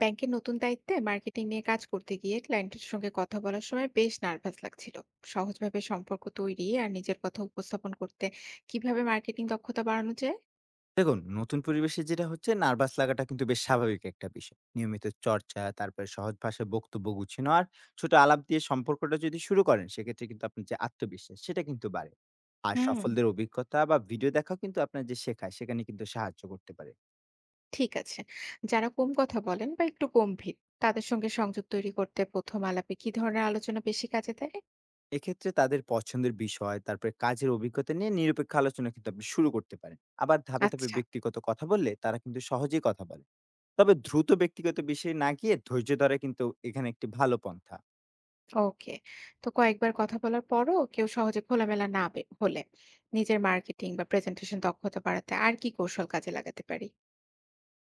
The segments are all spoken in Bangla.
ব্যাংকের নতুন দায়িত্বে মার্কেটিং নিয়ে কাজ করতে গিয়ে ক্লায়েন্টের সঙ্গে কথা বলার সময় বেশ নার্ভাস লাগছিল। সহজভাবে সম্পর্ক তৈরি আর নিজের কথা উপস্থাপন করতে, কিভাবে মার্কেটিং দক্ষতা বাড়ানো যায়? দেখুন, নতুন পরিবেশে যেটা হচ্ছে নার্ভাস লাগাটা কিন্তু বেশ স্বাভাবিক একটা বিষয়। নিয়মিত চর্চা, তারপরে সহজ ভাষায় বক্তব্য গুছিয়ে নেওয়া আর ছোট আলাপ দিয়ে সম্পর্কটা যদি শুরু করেন, সেক্ষেত্রে কিন্তু আপনার যে আত্মবিশ্বাস সেটা কিন্তু বাড়ে। আর হুম। সফলদের অভিজ্ঞতা বা ভিডিও দেখাও কিন্তু আপনার যে শেখা, সেখানে কিন্তু সাহায্য করতে পারে। ঠিক আছে। যারা কম কথা বলেন বা একটু গম্ভীর, তাদের সঙ্গে সংযোগ তৈরি করতে প্রথম আলাপে কি ধরনের আলোচনা বেশি কাজে দেয়? এক্ষেত্রে তাদের পছন্দের বিষয়, তারপরে কাজের অভিজ্ঞতা নিয়ে নিরপেক্ষ আলোচনা কিন্তু আপনি শুরু করতে পারেন। আবার ধাপে, ধাপে আচ্ছা। ব্যক্তিগত কথা বললে তারা কিন্তু সহজেই কথা বলে। তবে দ্রুত ব্যক্তিগত বিষয়ে না গিয়ে ধৈর্য ধরা কিন্তু এখানে একটি ভালো পন্থা। ওকে। তো কয়েকবার কথা বলার পরও কেউ সহজে খোলামেলা হলে, নিজের মার্কেটিং বা প্রেজেন্টেশন দক্ষতা বাড়াতে আর কি কৌশল কাজে লাগাতে পারি?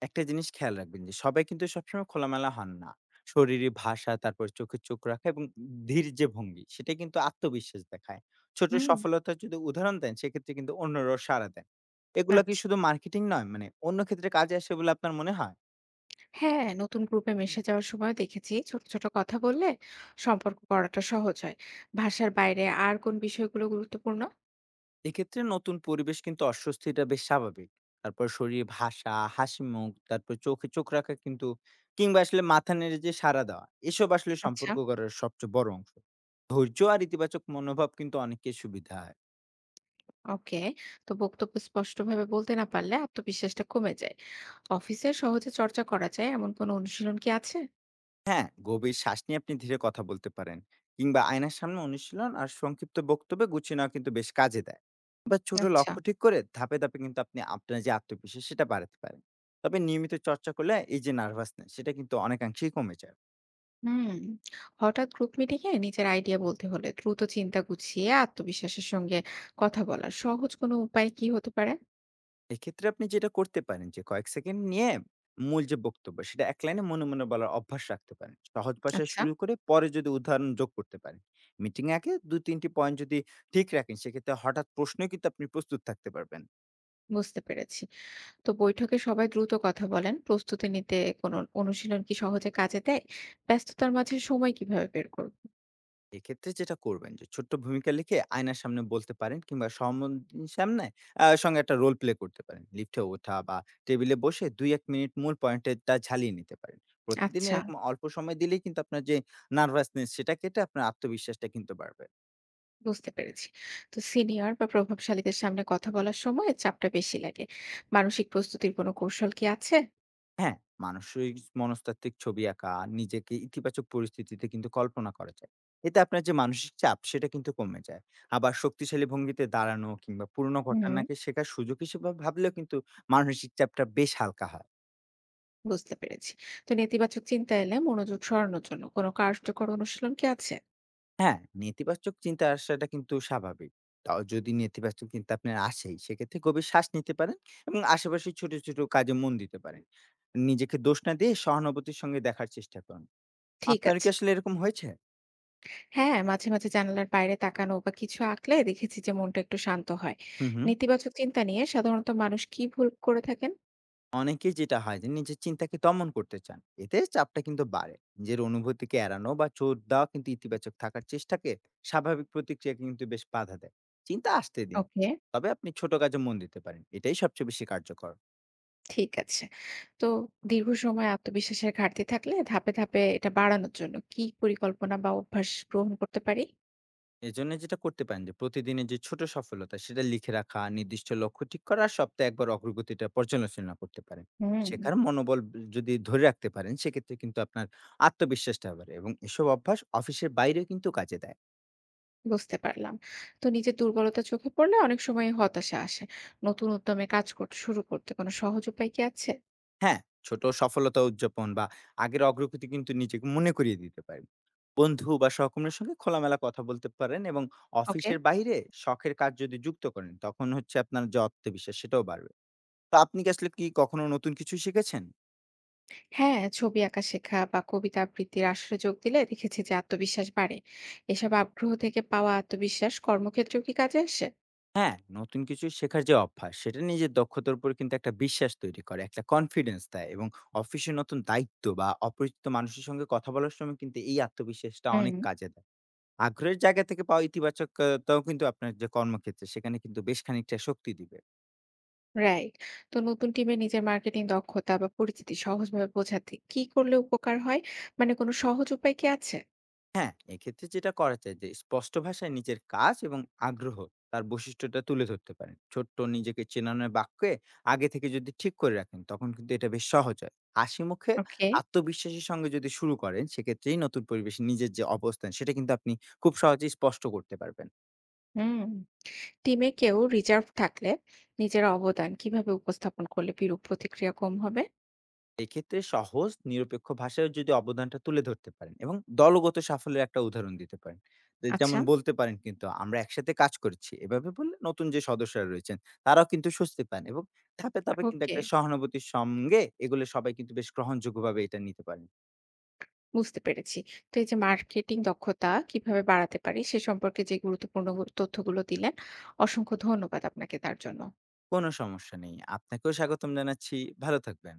একটা জিনিস খেয়াল রাখবেন যে সবাই কিন্তু সবসময় খোলামেলা হন না। শরীরে ভাষা, তারপর চোখে চোখ রাখা এবং ধীর যে ভঙ্গি সেটা কিন্তু আত্মবিশ্বাস দেখায়। ছোট হুম। সফলতার যদি উদাহরণ দেন সেক্ষেত্রে কিন্তু অন্যরাও সাড়া দেন। এগুলা কি আচ্ছা। শুধু মার্কেটিং নয় মানে অন্য ক্ষেত্রে কাজে আসে বলে আপনার মনে হয়? হ্যাঁ, নতুন গ্রুপে মিশে যাওয়ার সময় দেখেছি ছোট ছোট কথা বললে সম্পর্ক করাটা সহজ হয়। ভাষার বাইরে আর কোন বিষয়গুলো গুরুত্বপূর্ণ? এক্ষেত্রে নতুন পরিবেশ কিন্তু অস্বস্তিটা বেশ স্বাভাবিক। তারপর শরীরে ভাষা, হাসি মুখ, তারপর চোখে চোখ রাখা কিন্তু কিংবা আসলে মাথা নেড়ে যে সাড়া দেওয়া এসব আসলে আচ্ছা। সম্পর্ক গড়ার সবচেয়ে বড় অংশ। ধৈর্য আর ইতিবাচক মনোভাব কিন্তু অনেকের সুবিধা হয়। ওকে। তো বক্তব্য স্পষ্টভাবে বলতে না পারলে আত্মবিশ্বাসটা কমে যায়। অফিসে সহজে চর্চা করা যায় এমন কোনো অনুশীলন কি আছে? হ্যাঁ, গভীর শ্বাস নিয়ে আপনি ধীরে কথা বলতে পারেন কিংবা আয়নার সামনে অনুশীলন আর সংক্ষিপ্ত বক্তব্যে গুছিয়ে নেওয়া কিন্তু বেশ কাজে দেয়। বা ছোট আচ্ছা। লক্ষ্য ঠিক করে ধাপে, ধাপে কিন্তু আপনি আপনার যে আত্মবিশ্বাস সেটা বাড়াতে পারেন। তবে নিয়মিত চর্চা করলে এই যে নার্ভাসনেস সেটা কিন্তু অনেকাংশেই কমে যায়। হুম। হঠাৎ গ্রুপ মিটিং এ নিজের আইডিয়া বলতে হলে দ্রুত চিন্তা গুছিয়ে আত্মবিশ্বাসের সঙ্গে কথা বলার সহজ কোনো উপায় কি হতে পারে? এক্ষেত্রে আপনি যেটা করতে পারেন যে কয়েক সেকেন্ড নিয়ে মূল যে বক্তব্য সেটা এক লাইনে মনে, মনে বলার অভ্যাস রাখতে পারেন। সহজ ভাষায় আচ্ছা। শুরু করে পরে যদি উদাহরণ যোগ করতে পারেন। মিটিং এ আগে ২-৩ টি পয়েন্ট যদি ঠিক রাখেন সেক্ষেত্রে হঠাৎ প্রশ্নেও কিন্তু আপনি প্রস্তুত থাকতে পারবেন। বুঝতে পেরেছি। তো বৈঠকে সবাই দ্রুত কথা বলেন, প্রস্তুতি নিতে কোনো অনুশীলন কি সহজে কাজে দেয়? ব্যস্ততার মাঝে সময় কিভাবে বের করব? এক্ষেত্রে যেটা করবেন যে ছোট্ট ভূমিকা লিখে আয়নার সামনে বলতে পারেন কিংবা সম্মুখীন সামনে সঙ্গে একটা রোল প্লে করতে পারেন লিফটে ওঠা বা টেবিলে বসে দুই এক মিনিট মূল পয়েন্টটা ঝালিয়ে নিতে পারেন। প্রতিদিন আচ্ছা। এরকম অল্প সময় দিলেই কিন্তু আপনার যে নার্ভাসনেস সেটা কেটে আপনার আত্মবিশ্বাসটা কিন্তু বাড়বে। বুঝতে পেরেছি। তো সিনিয়র বা প্রভাবশালীদের সামনে কথা বলার সময় চাপটা বেশি লাগে। মানসিক প্রস্তুতির কোনো কৌশল কি আছে? হ্যাঁ, মানসিক মনস্তাত্ত্বিক ছবি আঁকা, নিজেকে ইতিবাচক পরিস্থিতিতে কিন্তু কল্পনা করা যায়। এতে আপনার যে মানসিক চাপ সেটা কিন্তু কমে যায়। আবার শক্তিশালী ভঙ্গিতে দাঁড়ানো কিংবা পুরনো হুম। ঘটনাকে শেখার সুযোগ হিসেবে ভাবলেও কিন্তু মানসিক চাপটা বেশ হালকা হয়। বুঝতে পেরেছি। তো নেতিবাচক চিন্তা এলে মনোযোগ সরানোর জন্য কোনো কার্যকর অনুশীলন কি আছে? হ্যাঁ, নেতিবাচক চিন্তা আসাটা কিন্তু স্বাভাবিক। তাও যদি নেতিবাচক চিন্তা আপনার আসেই সেক্ষেত্রে গভীর শ্বাস নিতে পারেন এবং আশেপাশের ছোট, ছোট কাজে মন দিতে পারেন। নিজেকে দোষ না দিয়ে সহানুভূতির সঙ্গে দেখার চেষ্টা করুন। ঠিক আপনার আছে। কি আসলে এরকম হয়েছে? হ্যাঁ, মাঝে মাঝে জানালার বাইরে তাকানো বা কিছু আঁকলে দেখেছি যে মনটা একটু শান্ত হয়। হু, হু। নেতিবাচক চিন্তা নিয়ে সাধারণত মানুষ কি ভুল করে থাকেন? অনেকেই যেটা হয় যে নিজের চিন্তাকে দমন করতে চান, এতে চাপটা কিন্তু বাড়ে। নিজের অনুভূতিকে এড়ানো বা চোট দেওয়া কিন্তু ইতিবাচক থাকার চেষ্টাকে স্বাভাবিক প্রতিক্রিয়াকে কিন্তু বেশ বাধা দেয়। চিন্তা আসতে দিন, ওকে। তবে আপনি ছোট কাজে মন দিতে পারেন, এটাই সবচেয়ে বেশি কার্যকর। ঠিক আছে। তো দীর্ঘ সময় আত্মবিশ্বাসের ঘাটতি থাকলে ধাপে, ধাপে এটা বাড়ানোর জন্য কি পরিকল্পনা বা অভ্যাস গ্রহণ করতে পারি? এজন্য যেটা করতে পারেন যে প্রতিদিনের যে ছোট সফলতা সেটা লিখে রাখা, নির্দিষ্ট লক্ষ্য ঠিক করা আর সপ্তাহে একবার অগ্রগতিটা পর্যালোচনা করতে পারেন। হুম। শেখার মনোবল যদি ধরে রাখতে পারেন সেক্ষেত্রে কিন্তু আপনার আত্মবিশ্বাসটা বাড়ে এবং এসব অভ্যাস অফিসের বাইরেও কিন্তু কাজে দেয়। বুঝতে পারলাম। তো নিজের দুর্বলতা চোখে পড়লে অনেক সময় হতাশা আসে। নতুন উদ্যমে কাজ করতে শুরু করতে কোনো সহজ উপায় কি আছে? হ্যাঁ, ছোট সফলতা উদযাপন বা আগের অগ্রগতি কিন্তু নিজেকে মনে করিয়ে দিতে পারেন। বন্ধু বা সহকর্মীর সঙ্গে খোলামেলা কথা বলতে পারেন এবং ওকে। অফিসের বাইরে শখের কাজ যদি যুক্ত করেন, তখন হচ্ছে আপনার যে আত্মবিশ্বাস সেটাও বাড়বে। তো আপনি কি আসলে কি কখনো নতুন কিছু শিখেছেন? হ্যাঁ, ছবি আঁকা শেখা বা কবিতা আবৃত্তির আসরে যোগ দিলে দেখেছি যে আত্মবিশ্বাস বাড়ে। এসব আগ্রহ থেকে পাওয়া আত্মবিশ্বাস কর্মক্ষেত্রেও কি কাজে আসে? হ্যাঁ, নতুন কিছু শেখার যে অভ্যাস, সেটা নিজের দক্ষতার উপর কিন্তু একটা বিশ্বাস তৈরি করে, একটা কনফিডেন্স দেয় এবং অফিসে নতুন দায়িত্ব বা অপরিচিত মানুষের সঙ্গে কথা বলার সময় কিন্তু এই আত্মবিশ্বাসটা হুম। অনেক কাজে দেয়। আগ্রহের জায়গা থেকে পাওয়া ইতিবাচকতাও কিন্তু আপনার যে কর্মক্ষেত্রে সেখানে কিন্তু বেশ খানিকটা শক্তি দিবে। রাইট। তো নতুন টিমে নিজের মার্কেটিং দক্ষতা বা পরিচিতি সহজভাবে বোঝাতে কি করলে উপকার হয়? মানে কোনো সহজ উপায় কি আছে? হ্যাঁ, এক্ষেত্রে যেটা করা যায় যে স্পষ্ট ভাষায় নিজের কাজ এবং আগ্রহ, তার বৈশিষ্ট্যটা তুলে ধরতে পারেন। ছোট্ট নিজেকে চেনানোর বাক্যে আগে থেকে যদি ঠিক করে রাখেন তখন কিন্তু এটা বেশ সহজ হয়। হাসি মুখে ওকে। আত্মবিশ্বাসের সঙ্গে যদি শুরু করেন সেক্ষেত্রেই নতুন পরিবেশে নিজের যে অবস্থান সেটা কিন্তু আপনি খুব সহজেই স্পষ্ট করতে পারবেন। হুম। টিমে কেউ রিজার্ভ থাকলে নিজের অবদান কিভাবে উপস্থাপন করলে বিরূপ প্রতিক্রিয়া কম হবে? এক্ষেত্রে সহজ নিরপেক্ষ ভাষায় যদি অবদানটা তুলে ধরতে পারেন এবং দলগত সাফল্যের একটা উদাহরণ দিতে পারেন, যে আচ্ছা। যেমন বলতে পারেন কিন্তু আমরা একসাথে কাজ করেছি, এভাবে বললে নতুন যে সদস্যরা রয়েছেন তারাও কিন্তু স্বস্তি পান এবং ধাপে ধাপে কিন্তু ওকে। একটা সহানুভূতির সঙ্গে এগুলো সবাই কিন্তু বেশ গ্রহণযোগ্যভাবে এটা নিতে পারেন। বুঝতে পেরেছি। তো এই যে মার্কেটিং দক্ষতা কিভাবে বাড়াতে পারি সে সম্পর্কে যে গুরুত্বপূর্ণ তথ্যগুলো দিলেন, অসংখ্য ধন্যবাদ আপনাকে তার জন্য। কোনো সমস্যা নেই, আপনাকেও স্বাগতম জানাচ্ছি। ভালো থাকবেন।